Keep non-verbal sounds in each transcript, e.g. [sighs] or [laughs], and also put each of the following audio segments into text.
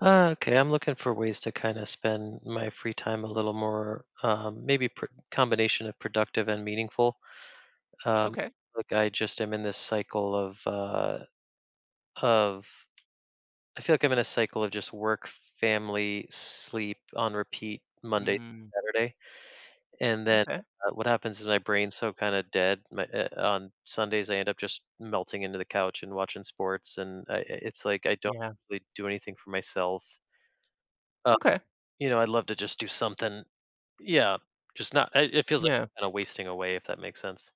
Okay, I'm looking for ways to kind of spend my free time a little more, combination of productive and meaningful. Um, Okay. like I just am in this cycle of I feel like I'm in a cycle of just work, family, sleep on repeat Monday, Mm, Saturday, and then okay. What happens is my brain's so kind of dead. On Sundays, I end up just melting into the couch and watching sports, and it's like I don't Yeah. really do anything for myself. Okay. I'd love to just do something, yeah, just not, it it feels like Yeah. kinda wasting away, if that makes sense.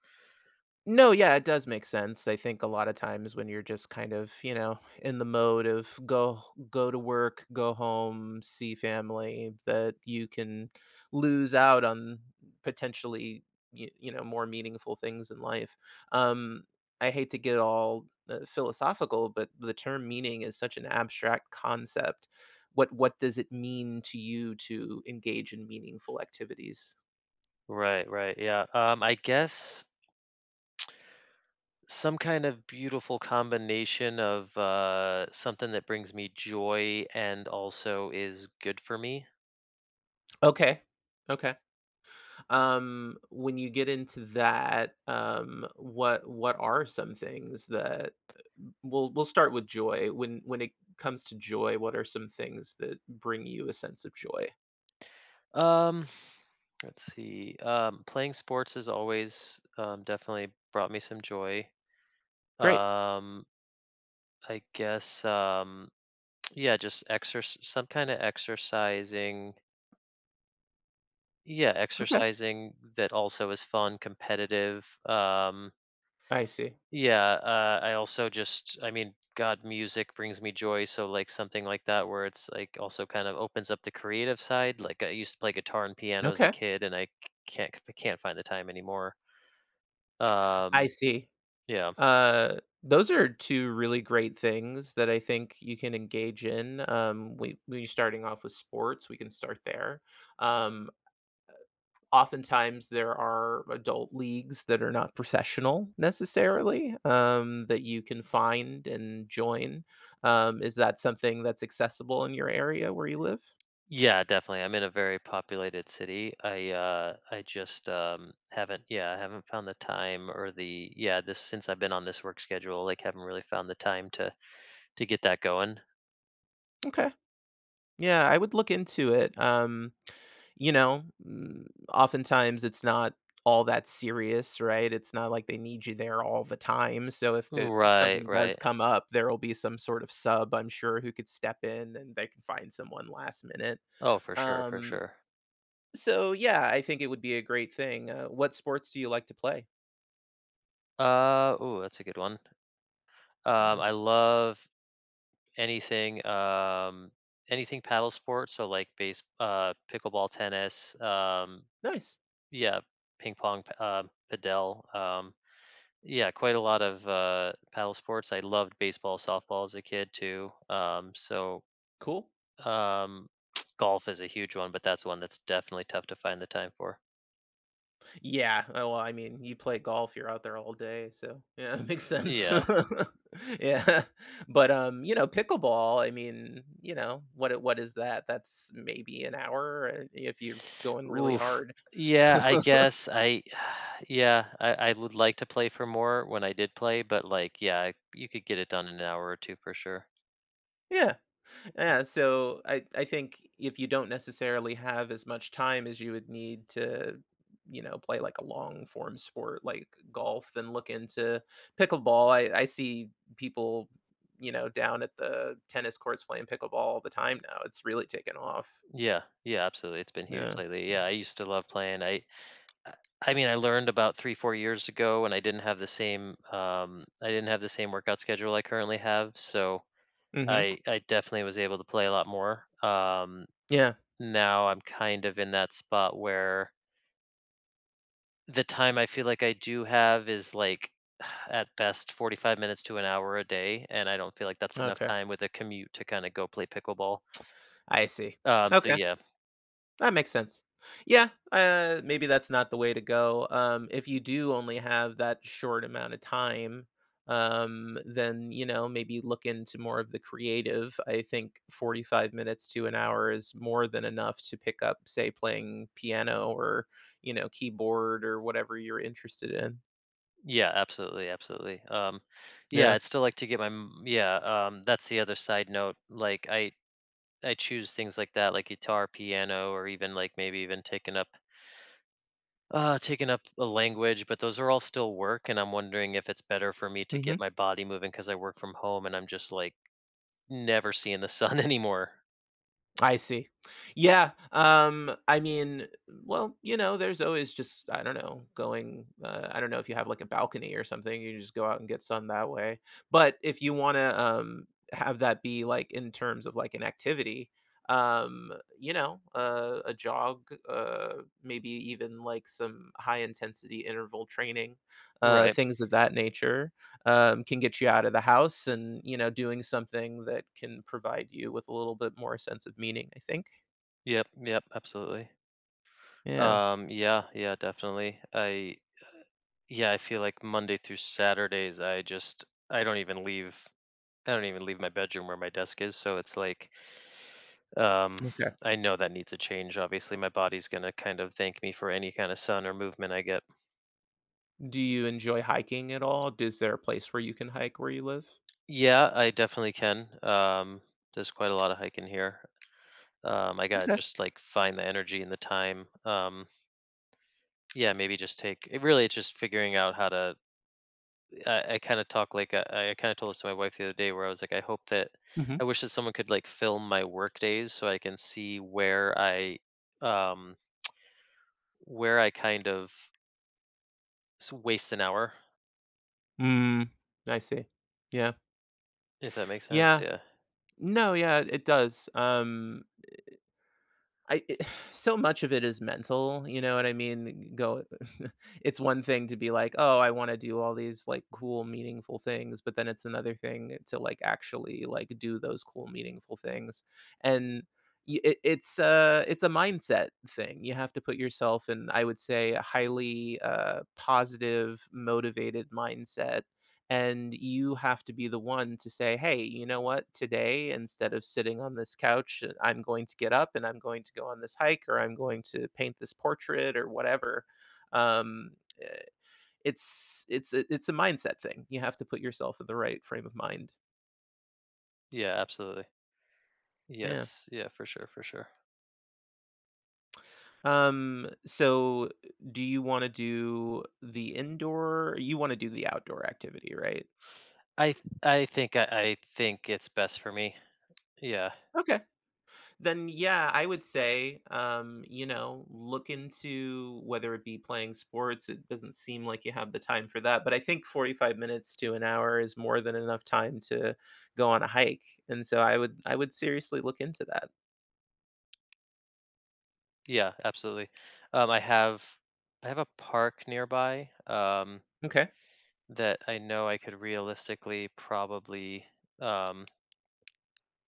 No, yeah, it does make sense. I think a lot of times when you're just kind of, you know, in the mode of go to work, go home, see family, that you can lose out on potentially you know, more meaningful things in life. Um I hate to get all philosophical, but the term meaning is such an abstract concept. What does it mean to you to engage in meaningful activities? Right, right, yeah, I guess some kind of beautiful combination of, something that brings me joy and also is good for me. Okay. Okay. When you get into that, what are some things that we'll start with joy. When it comes to joy, what are some things that bring you a sense of joy? Um, let's see, playing sports has always, definitely brought me some joy. Great. Um, I guess, um, yeah, just exercise. Some kinda exercising, yeah, Okay. exercising that also is fun, competitive. I see. Yeah, I also just, I mean, God, music brings me joy. So, like, something like that, where it's like also kind of opens up the creative side. Like, I used to play guitar and piano as a Okay. kid, and I can't find the time anymore. Um, I see. yeah, Uh, those are two really great things that I think you can engage in. We when you're starting off with sports, we can start there. Um, oftentimes, there are adult leagues that are not professional necessarily, that you can find and join. Is that something that's accessible in your area where you live? yeah, definitely. I'm in a very populated city. I just haven't, yeah, I haven't found the time or the, yeah, this since I've been on this work schedule, like, haven't really found the time to get that going. Okay. Yeah, I would look into it. You know, oftentimes it's not all that serious, right? It's not like they need you there all the time. So if Right, something does right. come up, there will be some sort of sub, I'm sure, who could step in and they can find someone last minute. Oh, for sure, for Um, sure. So, yeah, I think it would be a great thing. What sports do you like to play? Ooh, that's a good one. Yeah. I love anything, anything paddle sports, so like pickleball, tennis, Nice. yeah, ping pong, padel, yeah, quite a lot of paddle sports. I loved baseball, softball as a kid too. Cool. um, [tsk] golf is a huge one, but that's one that's definitely tough to find the time for. Yeah. Oh, well, I mean, you play golf, you're out there all day, so yeah, [laughs] it makes sense. Yeah. [laughs] Yeah. [laughs] But you know, pickleball, I mean, you know, what is that? That's maybe an hour if you're going really Oof. hard. Yeah, [laughs] I guess I [sighs] yeah, I would like to play for more when I did play, but, like, yeah, I you could get it done in an hour or 2 for sure. Yeah. Yeah, so I think if you don't necessarily have as much time as you would need to, you know, play like a long form sport like golf, then look into pickleball. I see people, you know, down at the tennis courts playing pickleball all the time now. It's really taken off. Yeah, yeah, absolutely, it's been huge Yeah. lately. Yeah, I used to love playing. I I mean, I learned about 3, 4 years ago, and I didn't have the same, I didn't have the same workout schedule I currently have, so Mhm. I definitely was able to play a lot more. Yeah. Now I'm kind of in that spot where the time I feel like I do have is, like, [sighs] at best 45 minutes to an hour a day, and I don't feel like that's enough Okay. time with a commute to kinda go play pickleball. I see. So Okay. yeah. That makes sense. Yeah, maybe that's not the way to go. If you do only have that short amount of time, then, you know, maybe look into more of the creative. I think 45 minutes to an hour is more than enough to pick up, say, playing piano or, you know, keyboard or whatever you're interested in. Yeah, absolutely, absolutely. Yeah, Yeah. I'd still like to get my m yeah, that's the other side note, like, I choose things like that, like guitar, piano, or even, like, maybe even taking up a language, but those are all still work, and I'm wondering if it's better for me to get Mhm. my body moving because I work from home and I'm just, like, never seeing the sun [laughs] anymore. I see. Yeah, I mean, well, you know, there's always just, I don't know, going, I don't know if you have like a balcony or something, you just go out and get sun that way. But if you want to have that be like in terms of like an activity, um, you know, a jog, maybe even like some high intensity interval training, uh, Right. things of that nature, can get you out of the house and, you know, doing something that can provide you with a little bit more sense of meaning, I think. Yep, yep, absolutely. Yeah. Yeah, yeah, definitely. I yeah, I feel like Monday through Saturdays I just I don't even leave I don't even leave my bedroom where my desk is, so it's like um Okay. [sighs] I know that needs a change. Obviously, my body's going to kind of thank me for any kind of sun or movement I get. Do you enjoy hiking at all? Is there a place where you can hike where you live? Yeah, I definitely can. There's quite a lot of hiking here. I got to Okay. just like find the energy and the time. Yeah, maybe just take it really it's just figuring out how to I kind of talk like I kind of told this to my wife the other day where I was like, I hope that Hmm. I wish that someone could like film my work days so I can see where um, where I kind of waste an hour, Mm, I see. Yeah. if that makes sense. Yeah. Yeah. No, yeah, it does. I it [sighs] so much of it is mental, you know what I mean? Go [laughs] it's one thing to be like, "Oh, I wanna do all these, like, cool, meaningful things," but then it's another thing to, like, actually, like, do those cool, meaningful things, and y it it's a mindset thing. You have to put yourself in, I would say, a highly, positive, motivated mindset and you have to be the one to say, "Hey, you know what? Today, instead of sitting on this couch, I'm going to get up and I'm going to go on this hike or I'm going to paint this portrait or whatever." Um, eh, it's it's a mindset thing. You have to put yourself in the right frame of mind. Yeah. Absolutely. Yeah. Yes. Yeah. For sure. For sure. So do you wanna do the indoor you wanna do the outdoor activity, right? I th- I think it's best for me. Yeah. Okay. Then yeah, I would say, you know, look into whether it be playing sports. It doesn't seem like you have the time for that, but I think 45 minutes to an hour is more than enough time to go on a hike. And so I would seriously look into that. Yeah. Absolutely. Um, I have I have a park nearby. Okay. That I know I could realistically probably um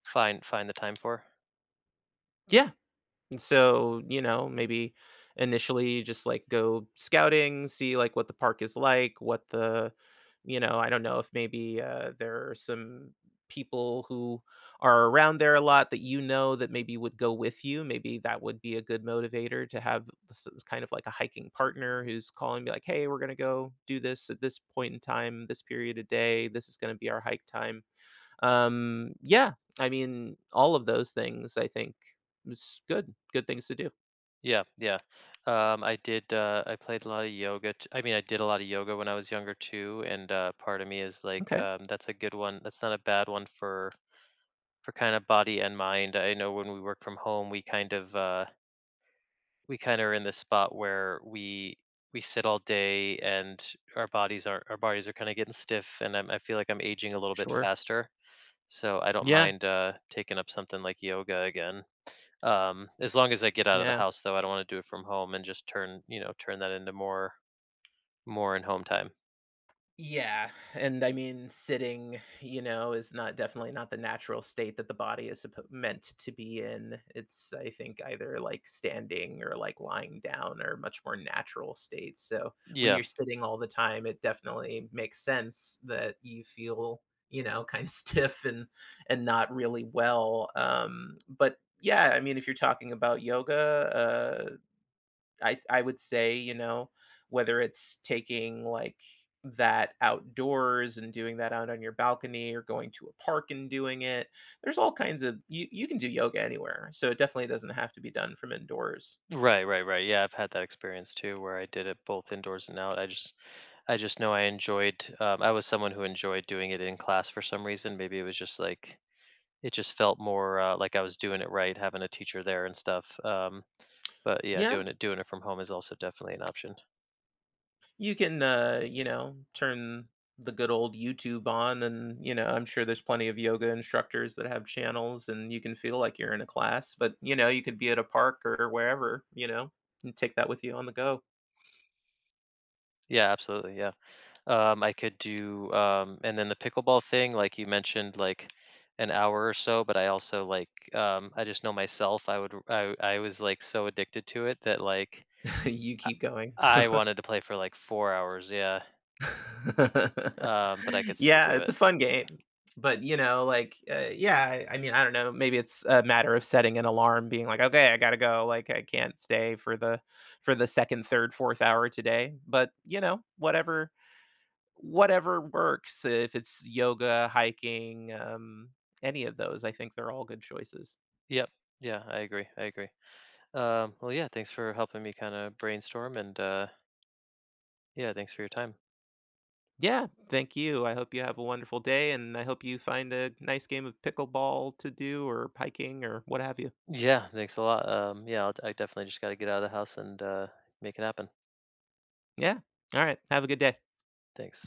find find the time for. Yeah. And so, you know, maybe initially just like go scouting, see like what the park is like, what the, you know, I don't know if maybe, there are some people who are around there a lot that you know that maybe would go with you. Maybe that would be a good motivator to have kind of like a hiking partner who's calling me like, hey, we're going to go do this at this point in time, this period of day. This is going to be our hike time. Um, yeah, I mean, all of those things I think was good, good things to do. Yeah, yeah. I played a lot of yoga t I mean, I did a lot of yoga when I was younger too, and, part of me is like, Okay, that's a good one. That's not a bad one for kinda body and mind. I know when we work from home, we kinda are in this spot where we sit all day and our bodies are kinda getting stiff, and I feel like I'm aging a little bit sure. faster, so I don't Yeah, mind, taking up something like yoga again. As long as s I get out of the yeah. house though, I don't wanna do it from home and just turn, you know, turn that into more more in home time. Yeah, and I mean, sitting, you know, is not, definitely not, the natural state that the body is meant to be in. It's, I think, either like standing or like lying down or much more natural states. So when Yeah. you're sitting all the time, it definitely makes sense that you feel, you know, kind of [laughs] stiff and not really well. But yeah, I mean, if you're talking about yoga, I would say, you know, whether it's taking like that outdoors and doing that out on your balcony or going to a park and doing it. There's all kinds of you can do yoga anywhere. So it definitely doesn't have to be done from indoors. Right, right, right. Yeah, I've had that experience too where I did it both indoors and out. I just know I enjoyed I was someone who enjoyed doing it in class for some reason. Maybe it was just like it just felt more like I was doing it right, having a teacher there and stuff. But yeah, Yeah, doing it from home is also definitely an option. you can, you know, turn the good old YouTube on and, you know, I'm sure there's plenty of yoga instructors that have channels and you can feel like you're in a class, but you know, you could be at a park or wherever, you know, and take that with you on the go. Yeah, absolutely. Yeah. I could do, and then the pickleball thing, like you mentioned, like an hour or so. But I also like, I just know myself. I was like so addicted to it that like [laughs] You I, keep going. I wanted to play for like 4 hours. Yeah. [laughs] But I could still Yeah, do it's it. a fun game, but, you know, like, yeah, I mean, I don't know, maybe it's a matter of setting an alarm, being like, "Okay, I gotta go, like, I can't stay for the 2nd, 3rd, 4th hour today," but, you know, whatever works, if it's yoga, hiking, any of those, I think they're all good choices. Yep. Yeah, I agree. I agree. Well, yeah. Thanks for helping me kind of brainstorm and yeah, thanks for your time. Yeah, thank you, I hope you have a wonderful day, and I hope you find a nice game of pickleball to do or hiking or what have you. Yeah, thanks a lot. Yeah, I definitely just got to get out of the house and make it happen. Yeah. All right. Have a good day. Thanks.